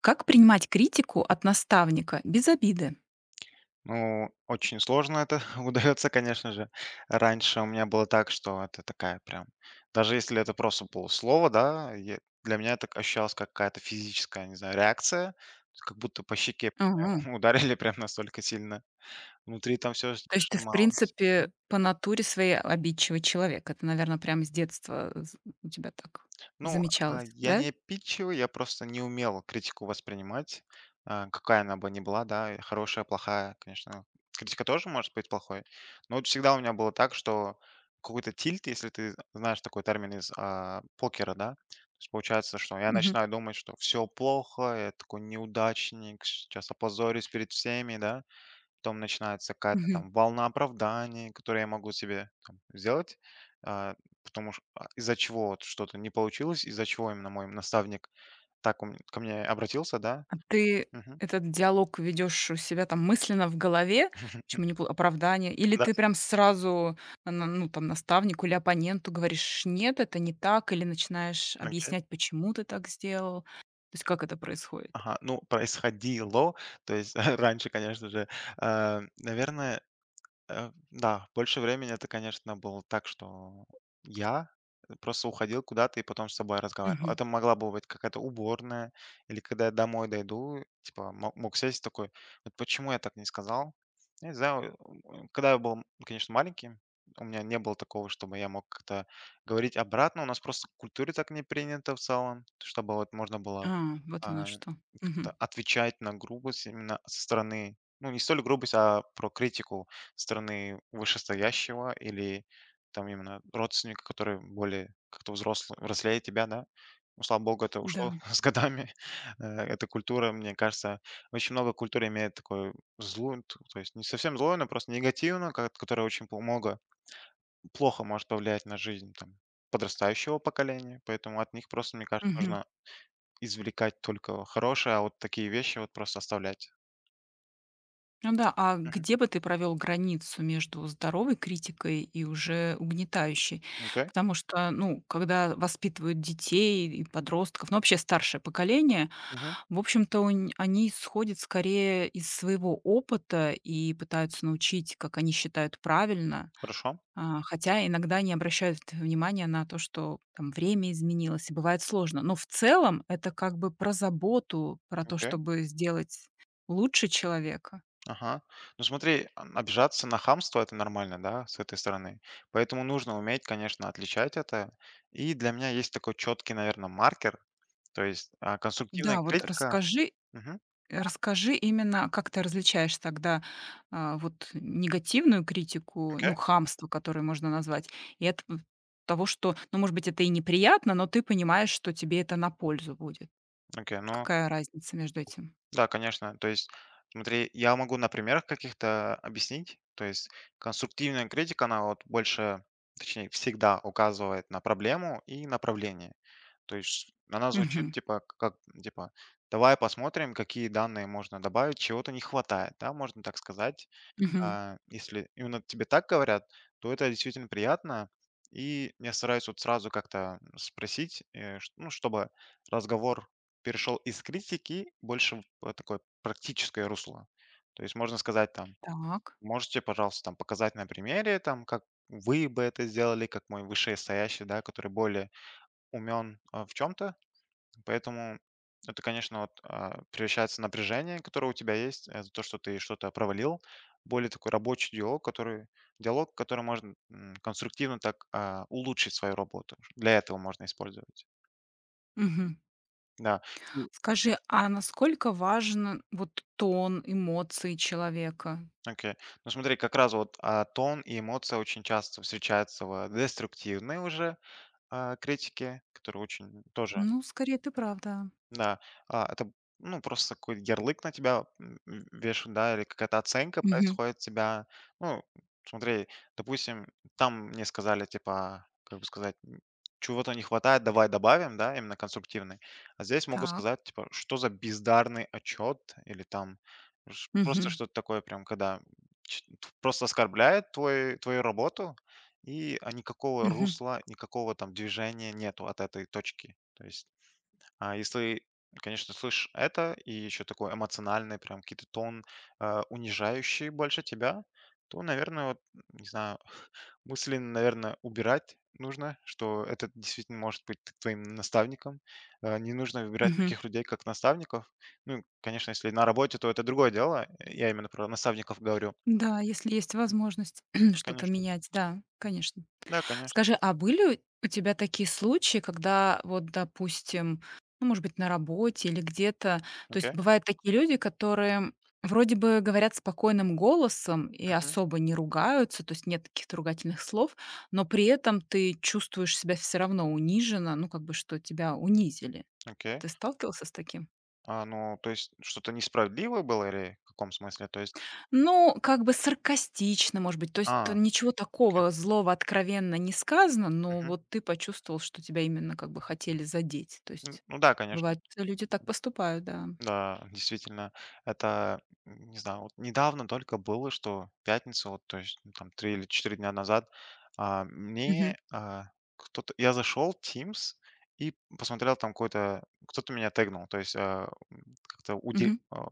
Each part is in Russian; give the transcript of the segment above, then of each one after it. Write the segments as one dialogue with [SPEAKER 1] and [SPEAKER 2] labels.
[SPEAKER 1] Как принимать критику от наставника без обиды?
[SPEAKER 2] Ну, очень сложно это удается, конечно же. Раньше у меня было так, что это такая прям. Даже если это просто полуслово, да, для меня это ощущалось как какая-то физическая, не знаю, реакция. Как будто по щеке
[SPEAKER 1] Мгм.
[SPEAKER 2] ударили прям настолько сильно. Внутри там все
[SPEAKER 1] То есть ты, в
[SPEAKER 2] сжималось.
[SPEAKER 1] принципе, по натуре своей обидчивый человек. Это, наверное, прямо с детства у тебя так
[SPEAKER 2] Ну,
[SPEAKER 1] замечалось,
[SPEAKER 2] я
[SPEAKER 1] да?
[SPEAKER 2] не обидчивый, я просто не умел критику воспринимать, какая она бы ни была, да, и хорошая, плохая, конечно. Критика тоже может быть плохой, но вот всегда у меня было так, что какой-то тильт, если ты знаешь такой термин из покера, да, то есть получается, что я
[SPEAKER 1] Мгм.
[SPEAKER 2] начинаю думать, что все плохо, я такой неудачник, сейчас опозорюсь перед всеми, да. Потом начинается какая-то
[SPEAKER 1] Мгм.
[SPEAKER 2] там волна оправданий, которые я могу себе там сделать, а, потому что из-за чего вот что-то не получилось, из-за чего именно мой наставник так ко мне обратился, да?
[SPEAKER 1] А ты
[SPEAKER 2] Мгм.
[SPEAKER 1] этот диалог ведешь у себя там мысленно в голове, чему не оправдание, или
[SPEAKER 2] Да,
[SPEAKER 1] ты прям сразу ну, там, наставнику или оппоненту говоришь, нет, это не так, или начинаешь
[SPEAKER 2] окей.
[SPEAKER 1] объяснять, почему ты так сделал. То есть как это происходит?
[SPEAKER 2] Ага, ну, происходило, то есть раньше, конечно же, а, наверное, э, да, больше времени это, конечно, было так, что я просто уходил куда-то и потом с собой разговаривал. Это могла бы быть какая-то уборная, или когда я домой дойду, типа, мог сесть такой, вот почему я так не сказал? Я не знаю, когда я был, конечно, маленьким, у меня не было такого, чтобы я мог как-то говорить обратно. У нас просто в культуре так не принято в целом, чтобы вот можно было
[SPEAKER 1] А, вот оно
[SPEAKER 2] а,
[SPEAKER 1] что.
[SPEAKER 2] как-то
[SPEAKER 1] Мгм.
[SPEAKER 2] отвечать на грубость именно со стороны, ну, не столь грубость, а про критику стороны вышестоящего или там именно родственника, который более как-то взрослый, взрослее тебя, да. Ну, слава богу, это
[SPEAKER 1] Да.
[SPEAKER 2] ушло с годами. Эта культура, мне кажется, очень много культур имеет такой злую, то есть не совсем злую, но просто негативно, которая очень много, плохо может повлиять на жизнь там, подрастающего поколения. Поэтому от них просто, мне кажется,
[SPEAKER 1] Мгм.
[SPEAKER 2] нужно извлекать только хорошее, а вот такие вещи вот просто оставлять.
[SPEAKER 1] Ну да, а
[SPEAKER 2] Мгм.
[SPEAKER 1] где бы ты провел границу между здоровой критикой и уже угнетающей?
[SPEAKER 2] Окей.
[SPEAKER 1] Потому что, ну, когда воспитывают детей и подростков, ну, вообще старшее поколение,
[SPEAKER 2] Мгм.
[SPEAKER 1] в общем-то, онь они исходят скорее из своего опыта и пытаются научить, как они считают правильно.
[SPEAKER 2] Хорошо.
[SPEAKER 1] А, хотя иногда не обращают внимания на то, что там время изменилось, и бывает сложно. Но в целом это как бы про заботу, про то,
[SPEAKER 2] Окей.
[SPEAKER 1] чтобы сделать лучше человека.
[SPEAKER 2] Ага. Ну смотри, обижаться на хамство — это нормально, да, с этой стороны. Поэтому нужно уметь, конечно, отличать это. И для меня есть такой четкий, наверное, маркер. То есть, конструктивная
[SPEAKER 1] Да, вот
[SPEAKER 2] критика.
[SPEAKER 1] расскажи
[SPEAKER 2] Мгм.
[SPEAKER 1] расскажи именно, как ты различаешь тогда, вот негативную критику,
[SPEAKER 2] Окей,
[SPEAKER 1] ну, хамство, которое можно назвать, и от в того, что, ну, может быть, это и неприятно, но ты понимаешь, что тебе это на пользу будет.
[SPEAKER 2] окей. Ну
[SPEAKER 1] Какая разница между этим?
[SPEAKER 2] да, конечно. То есть, смотри, я могу на примерах каких-то объяснить. То есть конструктивная критика, она вот больше, точнее, всегда указывает на проблему и направление. То есть она звучит
[SPEAKER 1] Мгм.
[SPEAKER 2] типа к как, типа: "Давай посмотрим, какие данные можно добавить, чего-то не хватает". Да, можно так сказать.
[SPEAKER 1] Мгм.
[SPEAKER 2] А если именно тебе так говорят, то это действительно приятно. И я стараюсь вот сразу как-то спросить, э, ш ну, чтобы разговор перешел из критики больше в такое практическое русло. То есть можно сказать там:
[SPEAKER 1] Так.
[SPEAKER 2] "Можете, пожалуйста, там показать на примере, там, как вы бы это сделали, как мой вышестоящий, да, который более умен в чем то". Поэтому это, конечно, вот, превращается в напряжение, которое у тебя есть, за то, что ты что-то провалил, более такой рабочий диалог, который, можно конструктивно так улучшить свою работу. Для этого можно использовать.
[SPEAKER 1] Мгм.
[SPEAKER 2] Да. М.
[SPEAKER 1] Скажи, а насколько важен вот тон, эмоции человека?
[SPEAKER 2] Окей. Ну смотри, как раз вот тон и эмоция очень часто встречаются в деструктивной уже критике, которая очень тоже.
[SPEAKER 1] Ну, скорее, ты правда.
[SPEAKER 2] Да, это, ну, просто какой-то ярлык на тебя, вешают, да, или какая-то оценка
[SPEAKER 1] Мгм.
[SPEAKER 2] происходит тебя. Ну, смотри, допустим, там мне сказали, типа, как бы сказать, чего-то не хватает, давай добавим, да, именно конструктивный. А здесь могут
[SPEAKER 1] Так.
[SPEAKER 2] сказать, типа, что за бездарный отчет или там просто
[SPEAKER 1] Мгм.
[SPEAKER 2] что-то такое, прям, когда просто оскорбляет твою работу, и никакого
[SPEAKER 1] Мгм.
[SPEAKER 2] русла, никакого там движения нету от этой точки. То есть а если, конечно, слышишь это и еще такой эмоциональный, прям какие-то тон, унижающий больше тебя, то, наверное, вот, не знаю, мысленно, наверное, убирать нужно, что этот действительно может быть твоим наставником. Не нужно выбирать
[SPEAKER 1] Мгм.
[SPEAKER 2] таких людей, как наставников. Ну, конечно, если на работе, то это другое дело. Я именно про наставников говорю.
[SPEAKER 1] Да, если есть возможность что-то
[SPEAKER 2] Конечно.
[SPEAKER 1] менять, да, конечно.
[SPEAKER 2] Да, конечно.
[SPEAKER 1] Скажи, а были у тебя такие случаи, когда вот, допустим, ну, может быть, на работе или где-то, то есть
[SPEAKER 2] Окей.
[SPEAKER 1] бывают такие люди, которые вроде бы говорят спокойным голосом и
[SPEAKER 2] Мгм.
[SPEAKER 1] особо не ругаются, то есть нет каких-то ругательных слов, но при этом ты чувствуешь себя все равно униженно, ну, как бы, что тебя унизили.
[SPEAKER 2] Окей.
[SPEAKER 1] Ты сталкивался с таким?
[SPEAKER 2] Ну, то есть что-то несправедливое было или в каком смысле? То есть.
[SPEAKER 1] Ну, как бы саркастично, может быть. То есть т
[SPEAKER 2] А,
[SPEAKER 1] ничего такого злого откровенно не сказано, но
[SPEAKER 2] мгм.
[SPEAKER 1] вот ты почувствовал, что тебя именно как бы хотели задеть. То
[SPEAKER 2] Н
[SPEAKER 1] есть
[SPEAKER 2] ну да, конечно,
[SPEAKER 1] бывает, что люди так поступают, да.
[SPEAKER 2] да, действительно. Это, н не знаю, вот недавно только было, что в пятницу, вот, то есть, ну, там 3 или 4 дня назад, а,
[SPEAKER 1] Мгм.
[SPEAKER 2] мне, а, кто-то я зашел в Teams и посмотрел там какой-то кто-то меня тегнул, то есть, как-то
[SPEAKER 1] Мгм.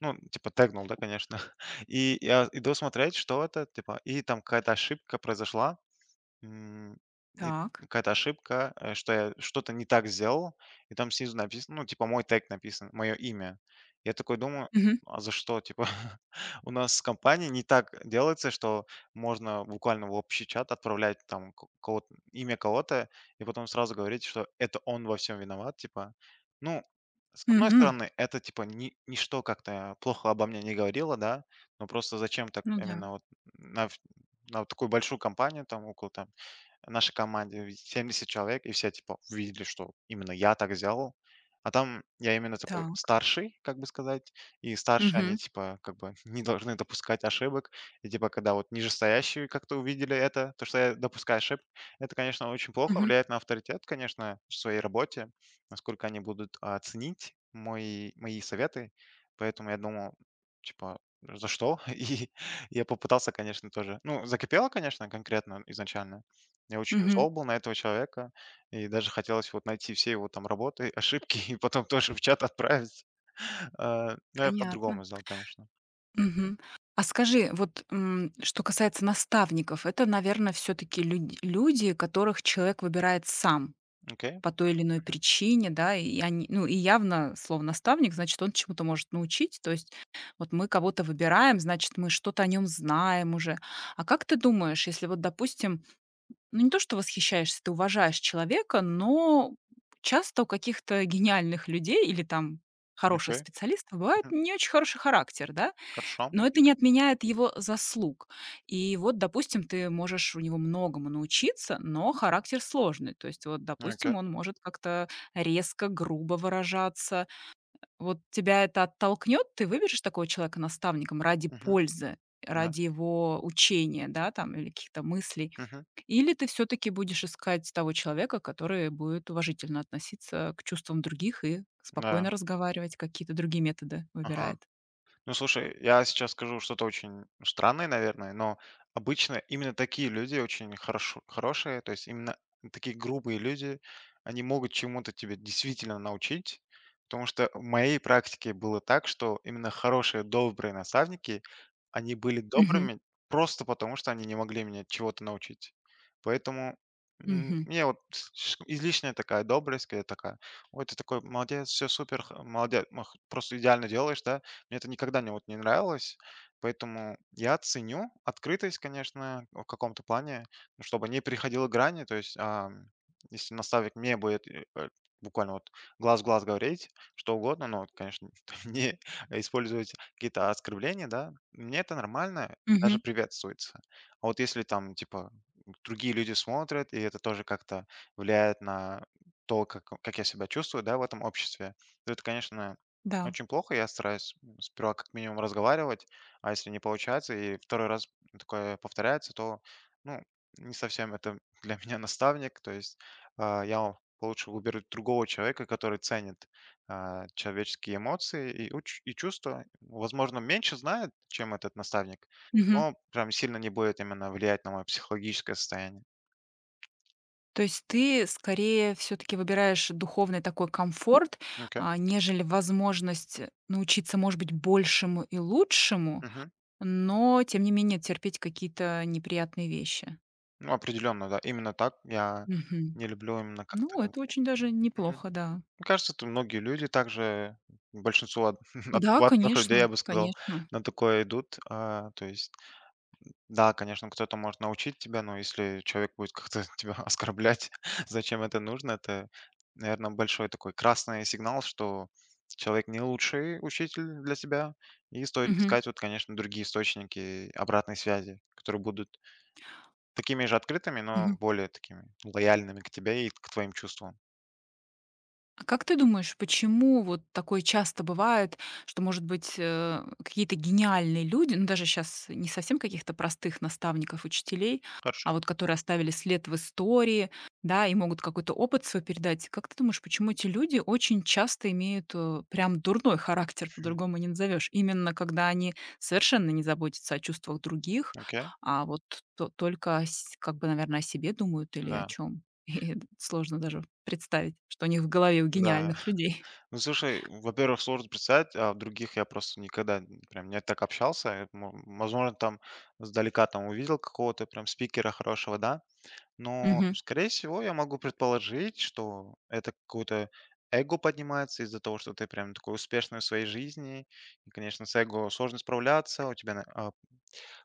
[SPEAKER 2] ну, типа тегнул, да, конечно. И я иду смотреть, что это, типа, и там какая-то ошибка произошла. М, и
[SPEAKER 1] Так.
[SPEAKER 2] какая-то ошибка, что я что-то не так сделал, и там снизу написано, ну, типа, мой тег написан, мое имя. Я такой думаю,
[SPEAKER 1] Мгм.
[SPEAKER 2] а за что? Типа, у нас в компании не так делается, что можно буквально в общий чат отправлять там кого-то, имя кого-то, и потом сразу говорить, что это он во всем виноват, типа. Ну, с одной
[SPEAKER 1] Мгм.
[SPEAKER 2] стороны, это, типа, ни, ничто как-то плохо обо мне не говорило, да, но просто зачем так
[SPEAKER 1] Ну да.
[SPEAKER 2] именно вот на, в- на вот такую большую компанию, там около там нашей команде ведь 70 человек, и все, типа, увидели, что именно я так сделал. А там я именно такой
[SPEAKER 1] Так.
[SPEAKER 2] старший, как бы сказать, и старшие, они,
[SPEAKER 1] Мгм.
[SPEAKER 2] типа, как бы не должны допускать ошибок. И, типа, когда вот нижестоящие как-то увидели это, то, что я допускаю ошибки, это, конечно, очень плохо
[SPEAKER 1] Мгм.
[SPEAKER 2] влияет на авторитет, конечно, в своей работе, насколько они будут ценить мои советы. Поэтому я думал, типа, за что? И я попытался, конечно, тоже. Ну, закипело, конечно, конкретно изначально, я очень
[SPEAKER 1] Мгм.
[SPEAKER 2] зол был на этого человека, и даже хотелось вот найти все его там работы, ошибки и потом тоже в чат отправить. Но я
[SPEAKER 1] Понятно.
[SPEAKER 2] по-другому сделал, конечно. М,
[SPEAKER 1] Мгм. А скажи, вот, что касается наставников, это, наверное, все таки люди, которых человек выбирает сам,
[SPEAKER 2] окей,
[SPEAKER 1] по той или иной
[SPEAKER 2] мгм,
[SPEAKER 1] причине, да, и они, ну, и явно слово наставник, значит, он чему-то может научить. То есть вот мы кого-то выбираем, значит, мы что-то о нем знаем уже. А как ты думаешь, если вот, допустим, ну, не то, что восхищаешься, ты уважаешь человека, но часто у каких-то гениальных людей или там хороших
[SPEAKER 2] окей,
[SPEAKER 1] специалистов бывает
[SPEAKER 2] мгм,
[SPEAKER 1] не очень хороший характер, да?
[SPEAKER 2] хорошо,
[SPEAKER 1] Но это не отменяет его заслуг. И вот, допустим, ты можешь у него многому научиться, но характер сложный. То есть вот,
[SPEAKER 2] окей,
[SPEAKER 1] допустим, он может как-то резко, грубо выражаться. Вот тебя это оттолкнет, ты выберешь такого человека наставником ради
[SPEAKER 2] мгм,
[SPEAKER 1] пользы,
[SPEAKER 2] да,
[SPEAKER 1] ради его учения, да, там, или каких-то мыслей?
[SPEAKER 2] мгм,
[SPEAKER 1] Или ты все-таки будешь искать того человека, который будет уважительно относиться к чувствам других и
[SPEAKER 2] да,
[SPEAKER 1] спокойно разговаривать, какие-то другие методы
[SPEAKER 2] ага.
[SPEAKER 1] выбирает?
[SPEAKER 2] Ну, слушай, я сейчас скажу что-то очень странное, наверное, но обычно именно такие люди очень хорошо, хорошие, то есть именно такие грубые люди, они могут чему-то тебе действительно научить, потому что в моей практике было так, что именно хорошие, добрые наставники, они были
[SPEAKER 1] Мгм.
[SPEAKER 2] добрыми просто потому, что они не могли меня чего-то научить. Поэтому
[SPEAKER 1] Мгм.
[SPEAKER 2] мне вот излишняя такая добрость, когда такая, ой, ты такой молодец, все супер, молодец, просто идеально делаешь, да, мне это никогда не, вот, не нравилось, поэтому я ценю открытость, конечно, в каком-то плане, ну, чтобы не переходило грани. То есть, если наставник мне будет буквально вот глаз в глаз говорить что угодно, но, вот, конечно, не использовать какие-то оскорбления, да, мне это нормально, даже
[SPEAKER 1] Мгм.
[SPEAKER 2] приветствуется. А вот если там, типа, другие люди смотрят, и это тоже как-то влияет на то, как я себя чувствую, да, в этом обществе, то это, конечно,
[SPEAKER 1] Да.
[SPEAKER 2] очень плохо, я стараюсь сперва как минимум разговаривать, а если не получается и второй раз такое повторяется, то, ну, не совсем это для меня наставник. То есть я лучше выберу другого человека, который ценит человеческие эмоции и, и чувства. Возможно, меньше знает, чем этот наставник,
[SPEAKER 1] Мгм.
[SPEAKER 2] но прям сильно не будет именно влиять на мое психологическое состояние.
[SPEAKER 1] То есть ты скорее все таки выбираешь духовный такой комфорт,
[SPEAKER 2] Окей.
[SPEAKER 1] нежели возможность научиться, может быть, большему и лучшему,
[SPEAKER 2] Мгм.
[SPEAKER 1] но тем не менее терпеть какие-то неприятные вещи.
[SPEAKER 2] Ну, определенно, да. Именно так я
[SPEAKER 1] Мгм.
[SPEAKER 2] не люблю именно
[SPEAKER 1] Ну,
[SPEAKER 2] как-то.
[SPEAKER 1] это очень даже
[SPEAKER 2] Мгм.
[SPEAKER 1] неплохо, да.
[SPEAKER 2] Мне кажется, это многие люди также, большинство
[SPEAKER 1] Да,
[SPEAKER 2] адекватных людей,
[SPEAKER 1] конечно,
[SPEAKER 2] я бы сказал,
[SPEAKER 1] конечно.
[SPEAKER 2] на такое идут. То есть, да, конечно, кто-то может научить тебя, но если человек будет как-то тебя оскорблять, зачем это нужно, это, наверное, большой такой красный сигнал, что человек не лучший учитель для тебя, и стоит
[SPEAKER 1] Мгм.
[SPEAKER 2] искать, вот, конечно, другие источники обратной связи, которые будут такими же открытыми, но
[SPEAKER 1] Мгм.
[SPEAKER 2] более такими лояльными к тебе и к твоим чувствам.
[SPEAKER 1] А как ты думаешь, почему вот такое часто бывает, что, может быть, какие-то гениальные люди, ну, даже сейчас не совсем каких-то простых наставников, учителей, а
[SPEAKER 2] Хорошо.
[SPEAKER 1] вот которые оставили след в истории, да, и могут какой-то опыт свой передать. Как ты думаешь, почему эти люди очень часто имеют прям дурной характер,
[SPEAKER 2] Мгм.
[SPEAKER 1] по-другому не назовешь, именно когда они совершенно не заботятся о чувствах других,
[SPEAKER 2] Окей.
[SPEAKER 1] а вот только как бы, наверное, о себе думают или о
[SPEAKER 2] Да.
[SPEAKER 1] чем? И сложно даже представить, что у них в голове у
[SPEAKER 2] Да.
[SPEAKER 1] гениальных людей.
[SPEAKER 2] Ну, слушай, во-первых, сложно представить, а в других я просто никогда прям не так общался. Возможно, там сдалека там увидел какого-то прям спикера хорошего, да. Но,
[SPEAKER 1] Мгм,
[SPEAKER 2] скорее всего, я могу предположить, что это какое-то эго поднимается из-за того, что ты прям такой успешный в своей жизни. И, конечно, с эго сложно справляться, у тебя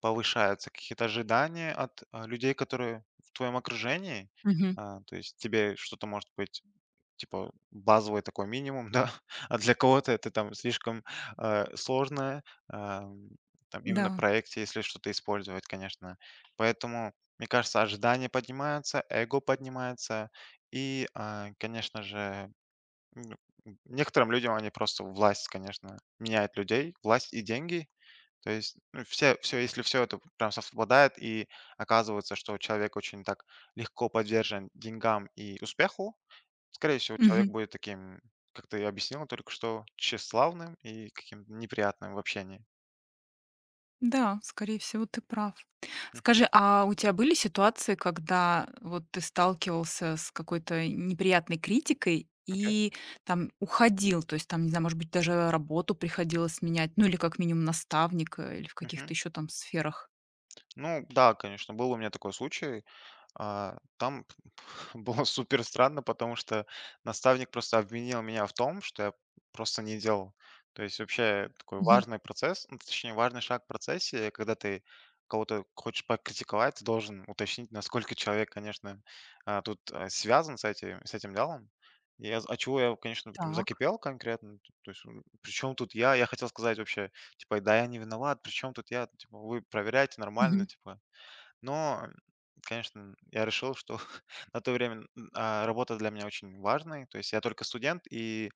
[SPEAKER 2] повышаются какие-то ожидания от людей, которые в твоем окружении.
[SPEAKER 1] мгм.
[SPEAKER 2] То есть тебе что-то может быть типа базовый такой минимум, да, а для кого-то это там слишком сложно, ам, там именно в
[SPEAKER 1] Да,
[SPEAKER 2] проекте, если что-то использовать, конечно. Поэтому, мне кажется, ожидания поднимаются, эго поднимается, и конечно же, ну, некоторым людям они просто власть, конечно, меняет людей, власть и деньги. То есть ну, все, если все это прям совпадает и оказывается, что человек очень так легко подвержен деньгам и успеху, скорее всего, человек
[SPEAKER 1] мгм.
[SPEAKER 2] будет таким, как ты и объяснила только что, тщеславным и каким-то неприятным в общении.
[SPEAKER 1] Да, скорее всего, ты прав.
[SPEAKER 2] М,
[SPEAKER 1] Скажи, а у тебя были ситуации, когда вот ты сталкивался с какой-то неприятной критикой
[SPEAKER 2] окей,
[SPEAKER 1] и там уходил? То есть там, не знаю, может быть, даже работу приходилось менять, ну или как минимум наставника, или в
[SPEAKER 2] мгм.
[SPEAKER 1] каких-то еще там сферах?
[SPEAKER 2] Ну да, конечно, был у меня такой случай. Там было супер странно, потому что наставник просто обвинил меня в том, что я просто не делал. То есть вообще такой
[SPEAKER 1] Мгм.
[SPEAKER 2] важный процесс, ну, точнее важный шаг в процессе, когда ты кого-то хочешь покритиковать, ты должен уточнить, насколько человек, конечно, связан с этим делом. И я, от чего я, конечно, прям
[SPEAKER 1] Так.
[SPEAKER 2] закипел конкретно. То есть, причем тут я? Я хотел сказать вообще, типа, да, я не виноват, причем тут я? Типа, вы проверяете нормально,
[SPEAKER 1] Мгм,
[SPEAKER 2] типа. Но, конечно, я решил, что на то время, работа для меня очень важная. То есть я только студент, и,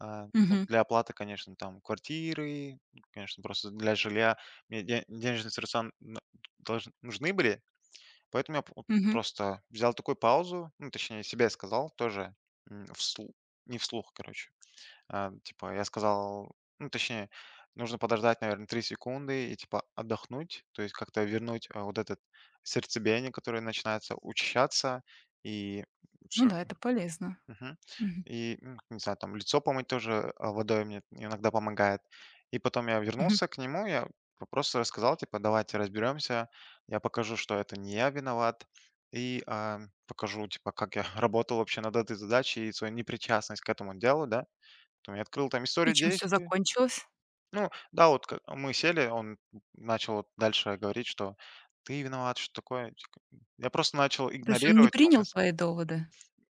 [SPEAKER 2] а, ну,
[SPEAKER 1] мгм,
[SPEAKER 2] для оплаты, конечно, там квартиры, ну, конечно, просто для жилья мне де денежные средства н должн нужны были. Поэтому я п вот
[SPEAKER 1] мгм.
[SPEAKER 2] просто взял такую паузу, ну, точнее, себе сказал тоже, м, всл не вслух, короче. Типа, я сказал, ну, точнее, нужно подождать, наверное, 3 секунды и, типа, отдохнуть, то есть как-то вернуть вот этот сердцебиение, которое начинается учащаться, и
[SPEAKER 1] Ну
[SPEAKER 2] всё.
[SPEAKER 1] да, это полезно.
[SPEAKER 2] Мгм.
[SPEAKER 1] Мгм,
[SPEAKER 2] И, не знаю, там лицо помыть тоже водой мне иногда помогает. И потом я
[SPEAKER 1] мгм.
[SPEAKER 2] вернулся к нему, я просто рассказал, типа, давайте разберемся, я покажу, что это не я виноват, и покажу, типа, как я работал вообще над этой задачей и свою непричастность к этому делу, да. Там я открыл там
[SPEAKER 1] И
[SPEAKER 2] историю
[SPEAKER 1] чем все
[SPEAKER 2] действий.
[SPEAKER 1] закончилось?
[SPEAKER 2] Ну да, вот ка мы сели, он начал вот дальше говорить, что "ты виноват", что-то такое. Типа, я просто начал
[SPEAKER 1] То есть он не
[SPEAKER 2] игнорировать его
[SPEAKER 1] принял
[SPEAKER 2] мысли.
[SPEAKER 1] твои доводы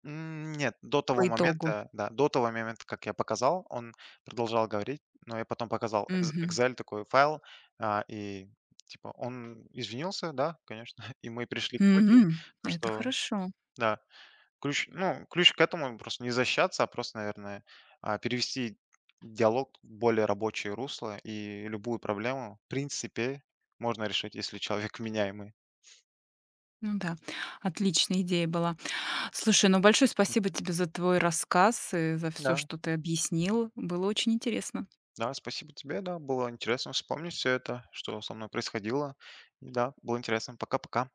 [SPEAKER 2] М, нет, до
[SPEAKER 1] по
[SPEAKER 2] того
[SPEAKER 1] итогу?
[SPEAKER 2] момента, да, до того момента, как я показал, он продолжал говорить, но я потом показал экс
[SPEAKER 1] Мгм.
[SPEAKER 2] Excel такой файл, и типа он извинился, да, конечно, и мы пришли к сути,
[SPEAKER 1] М.
[SPEAKER 2] то
[SPEAKER 1] Это
[SPEAKER 2] что
[SPEAKER 1] хорошо.
[SPEAKER 2] да. Ключ ну, ключ к этому просто не защищаться, а просто, наверное, перевести диалог в более рабочее русло, и любую проблему, в принципе, можно решить, если человек меняемый.
[SPEAKER 1] Ну да, отличная идея была. Слушай, ну большое спасибо
[SPEAKER 2] Мгм.
[SPEAKER 1] тебе за твой рассказ и за все,
[SPEAKER 2] Да,
[SPEAKER 1] что ты объяснил. Было очень интересно.
[SPEAKER 2] да, спасибо тебе, да, было интересно вспомнить все это, что со мной происходило. И да, было интересно. Пока-пока.